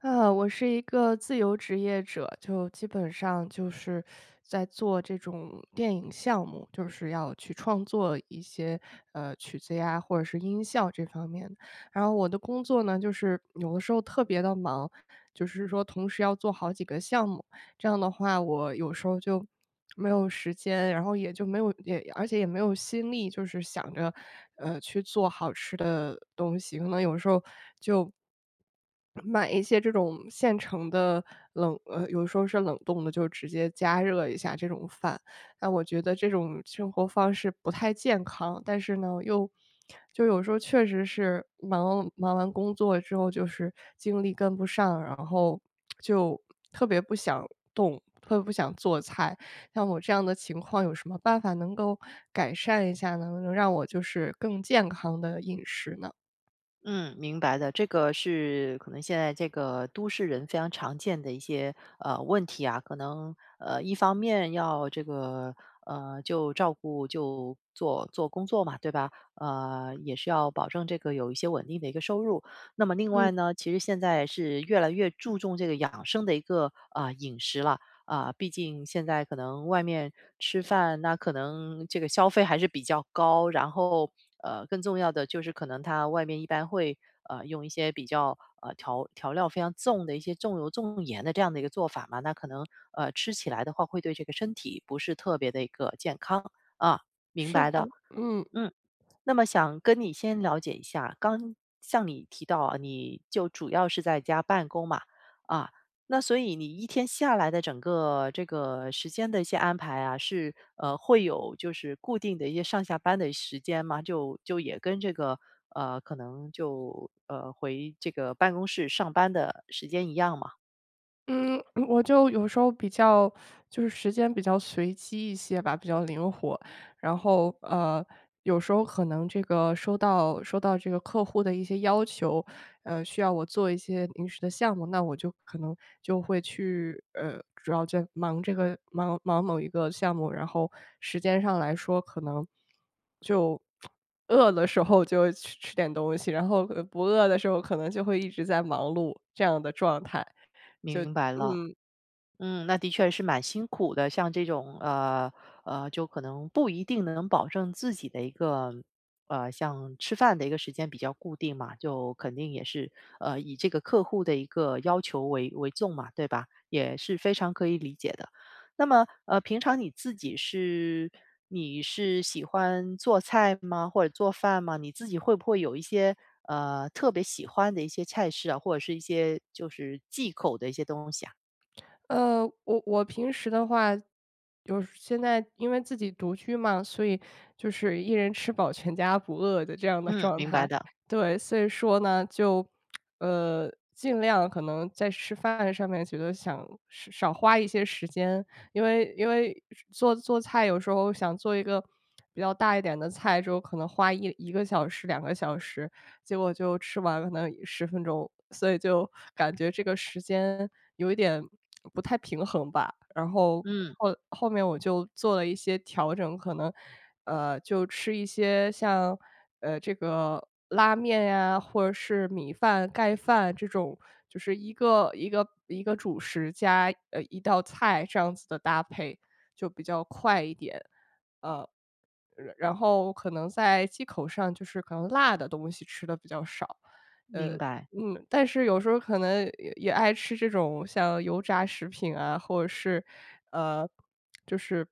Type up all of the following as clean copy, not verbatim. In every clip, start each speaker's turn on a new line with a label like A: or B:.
A: 啊，我是一个自由职业者，就基本上就是在做这种电影项目，就是要去创作一些曲子呀，或者是音效这方面的。然后我的工作呢，就是有的时候特别的忙，就是说同时要做好几个项目。这样的话，我有时候就没有时间，然后也就没有也而且也没有心力，就是想着，去做好吃的东西。可能有时候就买一些这种现成的有时候是冷冻的，就直接加热一下这种饭。那我觉得这种生活方式不太健康，但是呢，有时候确实是忙完工作之后，就是精力跟不上，然后就特别不想动，特别不想做菜。像我这样的情况，有什么办法能够改善一下呢？能让我就是更健康的饮食呢？
B: 嗯，明白的，这个是可能现在这个都市人非常常见的一些问题啊。可能一方面要这个就照顾就做工作嘛，对吧？也是要保证这个有一些稳定的一个收入。那么另
A: 嗯，
B: 外呢，其实现在是越来越注重这个养生的一个啊、饮食了，啊，毕竟现在可能外面吃饭，那可能这个消费还是比较高，然后更重要的就是可能它外面一般会用一些比较调料非常重的一些重油重盐的这样的一个做法嘛，那可能吃起来的话会对这个身体不是特别的一个健康啊，明
A: 是
B: 白
A: 的，
B: 的，
A: 嗯。
B: 嗯。那么想跟你先了解一下，刚像你提到啊，你就主要是在家办公嘛，啊，那所以你一天下来的整个这个时间的一些安排啊，是会有就是固定的一些上下班的时间吗？就也跟这个可能就回这个办公室上班的时间一样嘛？
A: 嗯，我就有时候比较就是时间比较随机一些吧，比较灵活。然后，有时候可能这个收到这个客户的一些要求，需要我做一些临时的项目，那我就可能就会去，主要在忙这个忙某一个项目，然后时间上来说可能就饿的时候就去吃点东西，然后不饿的时候可能就会一直在忙碌这样的状态。
B: 明白了。
A: 嗯。
B: 嗯，那的确是蛮辛苦的。像这种就可能不一定能保证自己的一个像吃饭的一个时间比较固定嘛，就肯定也是以这个客户的一个要求为重嘛，对吧？也是非常可以理解的。那么平常你自己是你是喜欢做菜吗？或者做饭吗？你自己会不会有一些特别喜欢的一些菜式啊，或者是一些就是忌口的一些东西啊？
A: 我平时的话，有时现在因为自己独居嘛，所以就是一人吃饱全家不饿的这样的
B: 嗯，
A: 状
B: 明白
A: 态。
B: 的，
A: 对，所以说呢，就尽量可能在吃饭上面觉得想是少花一些时间，因为做菜有时候想做一个比较大一点的菜之后，可能花一个小时、两个小时，结果就吃完可能十分钟，所以就感觉这个时间有一点不太平衡吧。然后
B: 嗯，
A: 后面我就做了一些调整，可能，就吃一些像，这个拉面呀，或者是米饭、盖饭这种，就是一个主食加，一道菜这样子的搭配，就比较快一点，呃。然后可能在忌口上，就是可能辣的东西吃的比较少，呃，
B: 明白，
A: 但是有时候可能也爱吃这种像油炸食品啊，或者是，呃，就是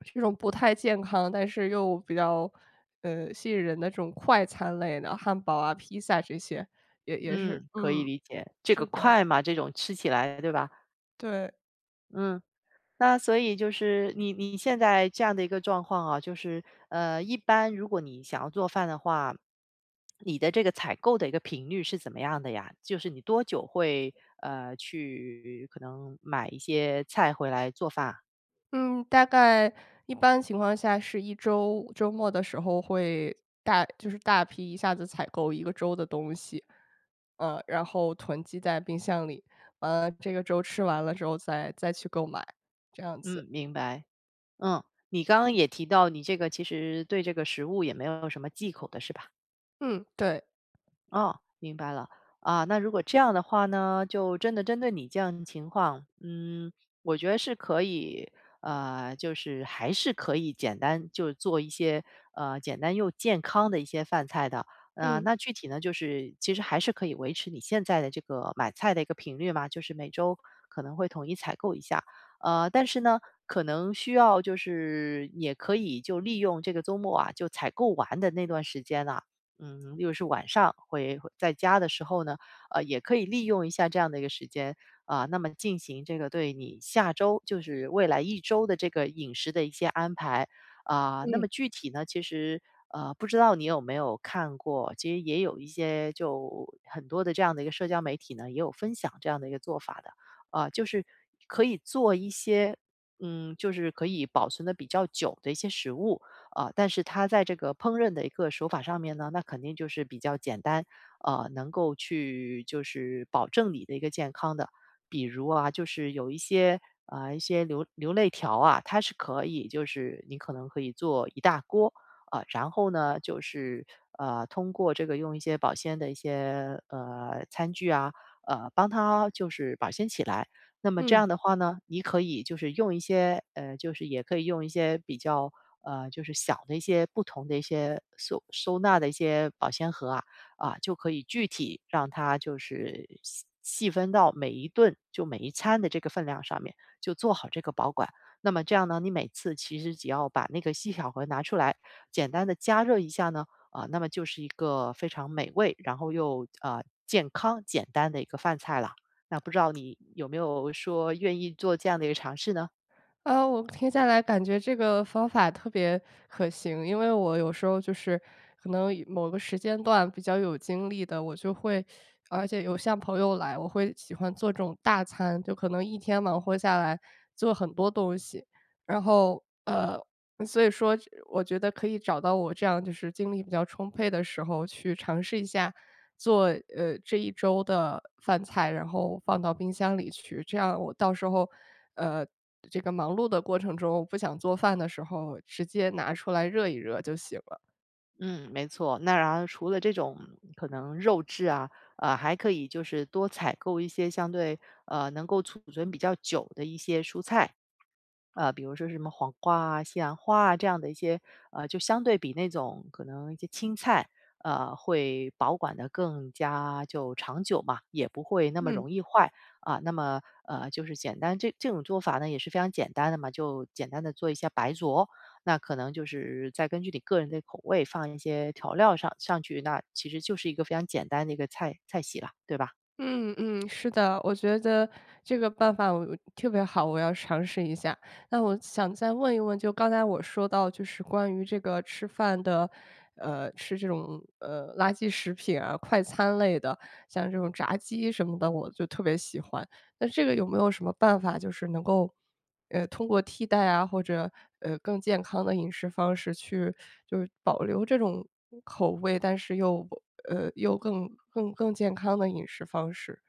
A: 这种不太健康，但是又比较，吸引人的这种快餐类的汉堡啊、披萨这些，也是
B: 嗯，可以理解。这个
A: 是的，
B: 快嘛，这种吃起来，对吧？
A: 对。
B: 嗯，那所以就是你现在这样的一个状况啊，就是一般如果你想要做饭的话，你的这个采购的一个频率是怎么样的呀？就是你多久会去可能买一些菜回来做饭啊。
A: 嗯，大概一般情况下是一周，周末的时候会大就是大批一下子采购一个周的东西，然后囤积在冰箱里，完了这个周吃完了之后再去购买，这样子。
B: 嗯，明白。嗯，你刚刚也提到你这个其实对这个食物也没有什么忌口的，是吧？
A: 嗯，对，
B: 哦，明白了。啊，那如果这样的话呢，就真的针对你这样的情况，嗯，我觉得是可以，就是还是可以简单就做一些，呃，简单又健康的一些饭菜的。
A: 嗯
B: 那具体呢，就是其实还是可以维持你现在的这个买菜的一个频率嘛，就是每周可能会统一采购一下。但是呢，可能需要就是也可以就利用这个周末啊，就采购完的那段时间啊，嗯，又是晚上会在家的时候呢，也可以利用一下这样的一个时间啊，那么进行这个对你下周，就是未来一周的这个饮食的一些安排啊。那么
A: 嗯
B: 具体呢，其实不知道你有没有看过，其实也有一些就很多的这样的一个社交媒体呢，也有分享这样的一个做法的啊，就是可以做一些。嗯，就是可以保存的比较久的一些食物，啊，但是它在这个烹饪的一个手法上面呢，那肯定就是比较简单，能够去就是保证你的一个健康的。比如啊，就是有一些啊、一些流泪条啊，它是可以就是你可能可以做一大锅啊、然后呢就是通过这个用一些保鲜的一些餐具啊，帮它就是保鲜起来。那么这
A: 嗯。
B: 样的话呢，你可以就是用一些就是也可以用一些比较就是小的一些不同的一些收纳的一些保鲜盒啊，啊，就可以具体让它就是细细分到每一顿就每一餐的这个分量上面，就做好这个保管。那么这样呢，你每次其实只要把那个细小盒拿出来，简单的加热一下呢，啊，那么就是一个非常美味，然后又啊、健康简单的一个饭菜了。那不知道你有没有说愿意做这样的一个尝试呢？
A: 我听下来感觉这个方法特别可行，因为我有时候就是可能以某个时间段比较有精力的，我就会而且有像朋友来，我会喜欢做这种大餐，就可能一天忙活下来做很多东西，然后，所以说我觉得可以找到我这样就是精力比较充沛的时候去尝试一下做这一周的饭菜，然后放到冰箱里去，这样我到时候，呃，这个忙碌的过程中不想做饭的时候，直接拿出来热一热就行了。
B: 嗯，没错。那然后除了这种可能肉质啊，还可以就是多采购一些相对能够储存比较久的一些蔬菜。呃，比如说什么黄瓜啊、西兰花啊这样的一些，呃，就相对比那种可能一些青菜，呃，会保管的更加就长久嘛，也不会那么
A: 嗯
B: 容易坏啊。那么就是简单这种做法呢也是非常简单的嘛，就简单的做一些白灼。那可能就是再根据你个人的口味放一些调料上去，那其实就是一个非常简单的一个菜系了，对吧？
A: 嗯，是的，我觉得这个办法特别好，我要尝试一下。那我想再问一问，就刚才我说到，就是关于这个吃饭的，吃这种垃圾食品啊、快餐类的，像这种炸鸡什么的，我就特别喜欢。那这个有没有什么办法，就是能够，通过替代啊，或者，更健康的饮食方式去就是保留这种口味，但是又，又更健康的饮食方式？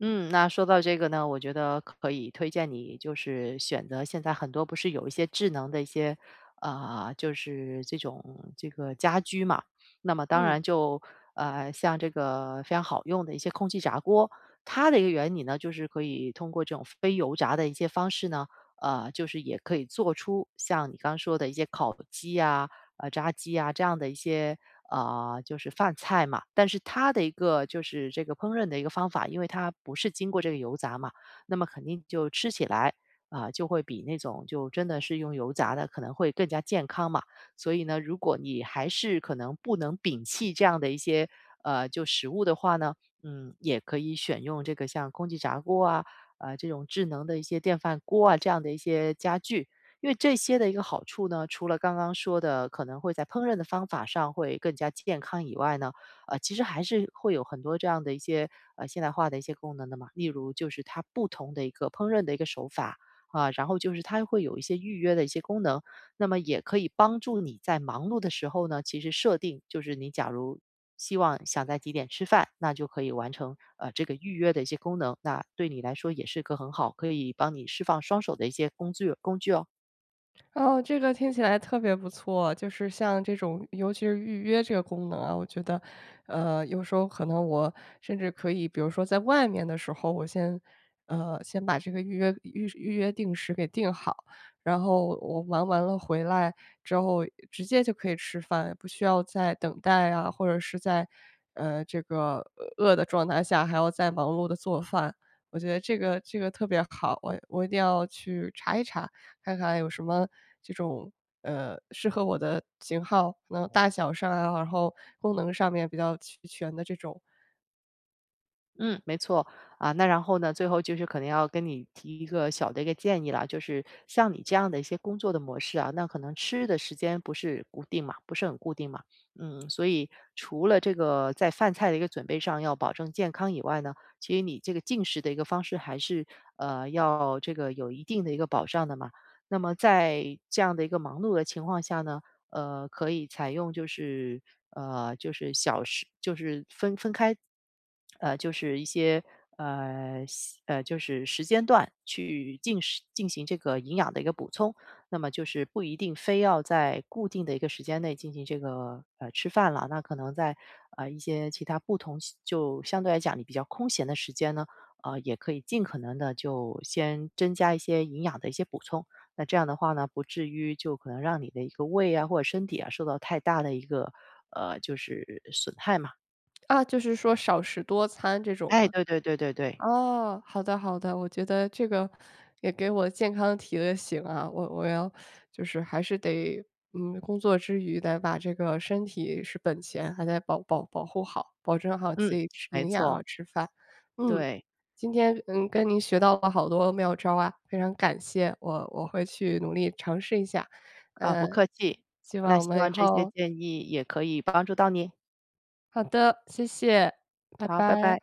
B: 嗯，那说到这个呢，我觉得可以推荐你，就是选择现在很多不是有一些智能的一些，啊，就是这种这个家居嘛。那么当
A: 嗯。
B: 然就像这个非常好用的一些空气炸锅，它的一个原理呢，就是可以通过这种非油炸的一些方式呢，就是也可以做出像你刚说的一些烤鸡啊、炸鸡啊这样的一些啊，就是饭菜嘛。但是它的一个就是这个烹饪的一个方法，因为它不是经过这个油炸嘛，那么肯定就吃起来啊，就会比那种就真的是用油炸的可能会更加健康嘛。所以呢，如果你还是可能不能摒弃这样的一些就食物的话呢，嗯，也可以选用这个像空气炸锅啊，这种智能的一些电饭锅啊这样的一些家具，因为这些的一个好处呢，除了刚刚说的可能会在烹饪的方法上会更加健康以外呢，其实还是会有很多这样的一些现代化的一些功能的嘛。例如就是它不同的一个烹饪的一个手法啊，然后就是它会有一些预约的一些功能，那么也可以帮助你在忙碌的时候呢，其实设定就是你假如希望想在几点吃饭，那就可以完成这个预约的一些功能，那对你来说也是个很好可以帮你释放双手的一些工具哦。
A: 哦，这个听起来特别不错，就是像这种，尤其是预约这个功能啊，我觉得，有时候可能我甚至可以，比如说在外面的时候，我先，先把这个预约预约定时给定好，然后我玩完了回来之后，直接就可以吃饭，不需要再等待啊，或者是在，这个饿的状态下还要再忙碌的做饭，我觉得这个特别好，我一定要去查一查。看看有什么这种，适合我的型号，可能大小上啊，然后功能上面比较齐全的这种。
B: 嗯，没错啊。那然后呢，最后就是可能要跟你提一个小的一个建议了，就是像你这样的一些工作的模式啊，那可能吃的时间不是固定嘛，不是很固定嘛，嗯，所以除了这个在饭菜的一个准备上要保证健康以外呢，其实你这个进食的一个方式还是要这个有一定的一个保障的嘛。那么在这样的一个忙碌的情况下呢，可以采用就是就是小时就是分开，就是一些呃西呃，就是时间段去进食进行这个营养的一个补充。那么就是不一定非要在固定的一个时间内进行这个吃饭了，那可能在一些其他不同就相对来讲你比较空闲的时间呢，也可以尽可能的就先增加一些营养的一些补充。那这样的话呢，不至于就可能让你的一个胃啊，或者身体啊，受到太大的一个，呃，就是损害嘛。
A: 啊，就是说少食多餐这种
B: 哎，
A: 吗？
B: 对对对对对，
A: 哦，好的好的，我觉得这个也给我健康提了醒啊，我要就是还是得，嗯，工作之余得把这个身体是本钱，还得保护好，保证好自
B: 嗯，
A: 己吃
B: 没
A: 营养啊，
B: 错，
A: 吃饭。嗯，
B: 对，
A: 今天跟您学到了好多妙招啊，非常感谢，我会去努力尝试一下，
B: 啊，不
A: 呃，
B: 客气。
A: 希
B: 那
A: 望我
B: 希
A: 们以
B: 望这些
A: 后
B: 建议也可以帮助到你，
A: 好的，谢谢，拜
B: 好，拜
A: 拜。
B: 拜。